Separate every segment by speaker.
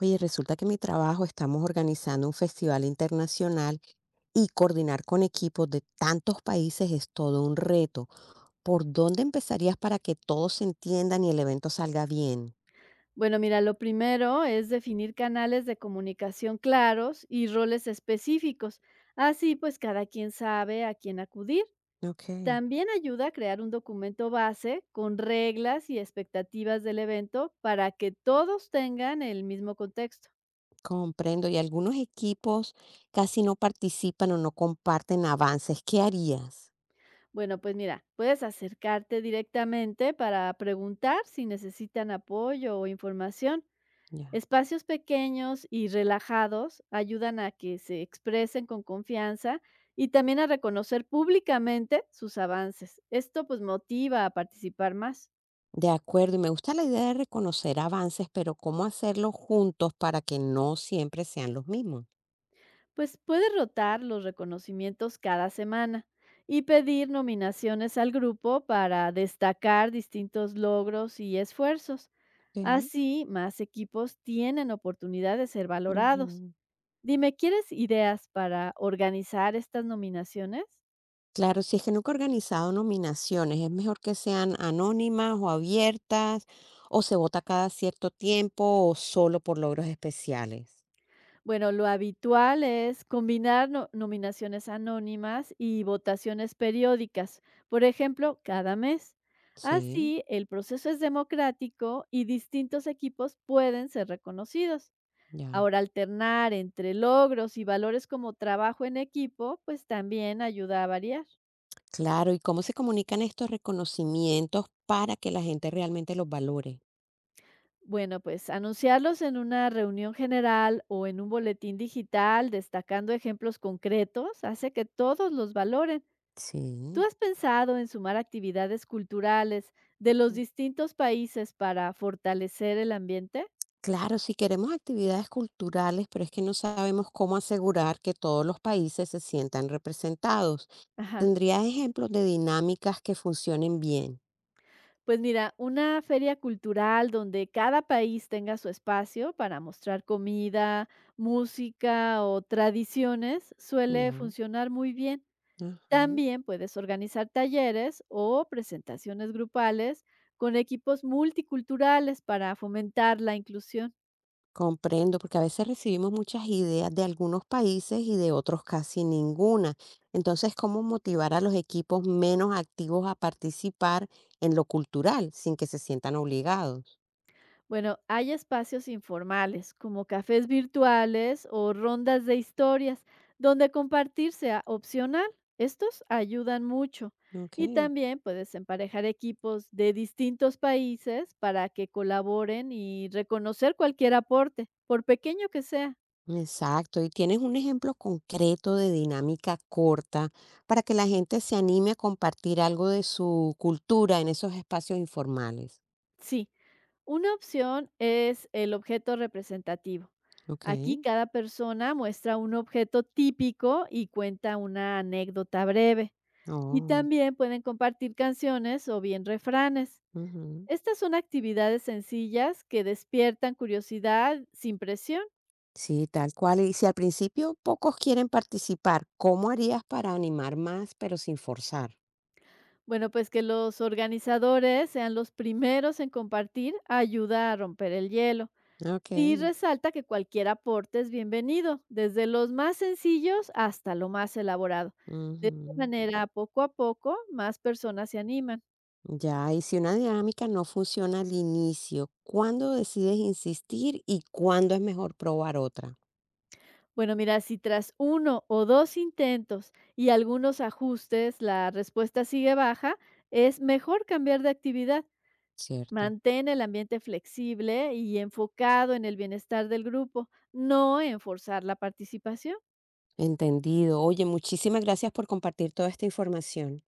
Speaker 1: Oye, resulta que en mi trabajo estamos organizando un festival internacional y coordinar con equipos de tantos países es todo un reto. ¿Por dónde empezarías para que todos se entiendan y el evento salga bien?
Speaker 2: Bueno, mira, lo primero es definir canales de comunicación claros y roles específicos. Así pues cada quien sabe a quién acudir.
Speaker 1: Ok,
Speaker 2: También ayuda a crear un documento base con reglas y expectativas del evento para que todos tengan el mismo contexto.
Speaker 1: comprendo. Y algunos equipos casi no participan o no comparten avances. ¿Qué harías?
Speaker 2: Bueno, pues mira, puedes acercarte directamente para preguntar si necesitan apoyo o información.
Speaker 1: Ya.
Speaker 2: Espacios pequeños y relajados ayudan a que se expresen con confianza y también a reconocer públicamente sus avances. Esto pues motiva a participar más.
Speaker 1: De acuerdo, y me gusta la idea de reconocer avances, pero ¿cómo hacerlo juntos para que no siempre sean los mismos?
Speaker 2: Pues puede rotar los reconocimientos cada semana y pedir nominaciones al grupo para destacar distintos logros y esfuerzos.
Speaker 1: Ok,
Speaker 2: Así, más equipos tienen oportunidad de ser valorados.
Speaker 1: ujú.
Speaker 2: Dime, ¿quieres ideas para organizar estas nominaciones?
Speaker 1: Claro, si es que nunca he organizado nominaciones, es mejor que sean anónimas o abiertas, o se vota cada cierto tiempo, o solo por logros especiales.
Speaker 2: Bueno, lo habitual es combinar nominaciones anónimas y votaciones periódicas, por ejemplo, cada mes.
Speaker 1: Sí,
Speaker 2: Así, el proceso es democrático y distintos equipos pueden ser reconocidos.
Speaker 1: ya.
Speaker 2: Ahora, alternar entre logros y valores como trabajo en equipo, pues también ayuda a variar.
Speaker 1: Claro, ¿y cómo se comunican estos reconocimientos para que la gente realmente los valore?
Speaker 2: Bueno, pues anunciarlos en una reunión general o en un boletín digital, destacando ejemplos concretos, hace que todos los valoren. ¿Tú
Speaker 1: Sí.
Speaker 2: has pensado en sumar actividades culturales de los distintos países para fortalecer el ambiente?
Speaker 1: Claro, si queremos actividades culturales, pero es que no sabemos cómo asegurar que todos los países se sientan representados.
Speaker 2: Ajá.
Speaker 1: ¿Tendrías ejemplos de dinámicas que funcionen bien?
Speaker 2: Pues mira, una feria cultural donde cada país tenga su espacio para mostrar comida, música o tradiciones suele
Speaker 1: Ya.
Speaker 2: funcionar muy bien.
Speaker 1: Ajá.
Speaker 2: También puedes organizar talleres o presentaciones grupales con equipos multiculturales para fomentar la inclusión.
Speaker 1: Comprendo, porque a veces recibimos muchas ideas de algunos países y de otros casi ninguna. Entonces, ¿cómo motivar a los equipos menos activos a participar en lo cultural sin que se sientan obligados?
Speaker 2: Bueno, hay espacios informales como cafés virtuales o rondas de historias donde compartir sea opcional. Estos ayudan mucho.
Speaker 1: Ok.
Speaker 2: Y también puedes emparejar equipos de distintos países para que colaboren y reconocer cualquier aporte, por pequeño que sea.
Speaker 1: Exacto. ¿Y tienes un ejemplo concreto de dinámica corta para que la gente se anime a compartir algo de su cultura en esos espacios informales?
Speaker 2: Sí, una opción es el objeto representativo.
Speaker 1: Ok.
Speaker 2: Aquí cada persona muestra un objeto típico y cuenta una anécdota breve. Y
Speaker 1: Oh,
Speaker 2: también pueden compartir canciones o bien refranes.
Speaker 1: ujú.
Speaker 2: Estas son actividades sencillas que despiertan curiosidad sin presión.
Speaker 1: Sí, tal cual. Y si al principio pocos quieren participar, ¿cómo harías para animar más, pero sin forzar?
Speaker 2: Bueno, pues que los organizadores sean los primeros en compartir ayuda a romper el hielo.
Speaker 1: Ok.
Speaker 2: Y resalta que cualquier aporte es bienvenido, desde los más sencillos hasta lo más elaborado. De esta
Speaker 1: Ujú.
Speaker 2: manera, poco a poco, más personas se animan.
Speaker 1: Ya, y si una dinámica no funciona al inicio, ¿cuándo decides insistir y cuándo es mejor probar otra?
Speaker 2: Bueno, mira, si tras uno o dos intentos y algunos ajustes la respuesta sigue baja, es mejor cambiar de actividad.
Speaker 1: Cierto.
Speaker 2: Mantén el ambiente flexible y enfocado en el bienestar del grupo, no en forzar la participación.
Speaker 1: Entendido. Oye, muchísimas gracias por compartir toda esta información.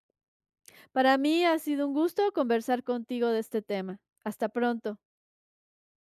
Speaker 2: Para mí ha sido un gusto conversar contigo de este tema. Hasta pronto.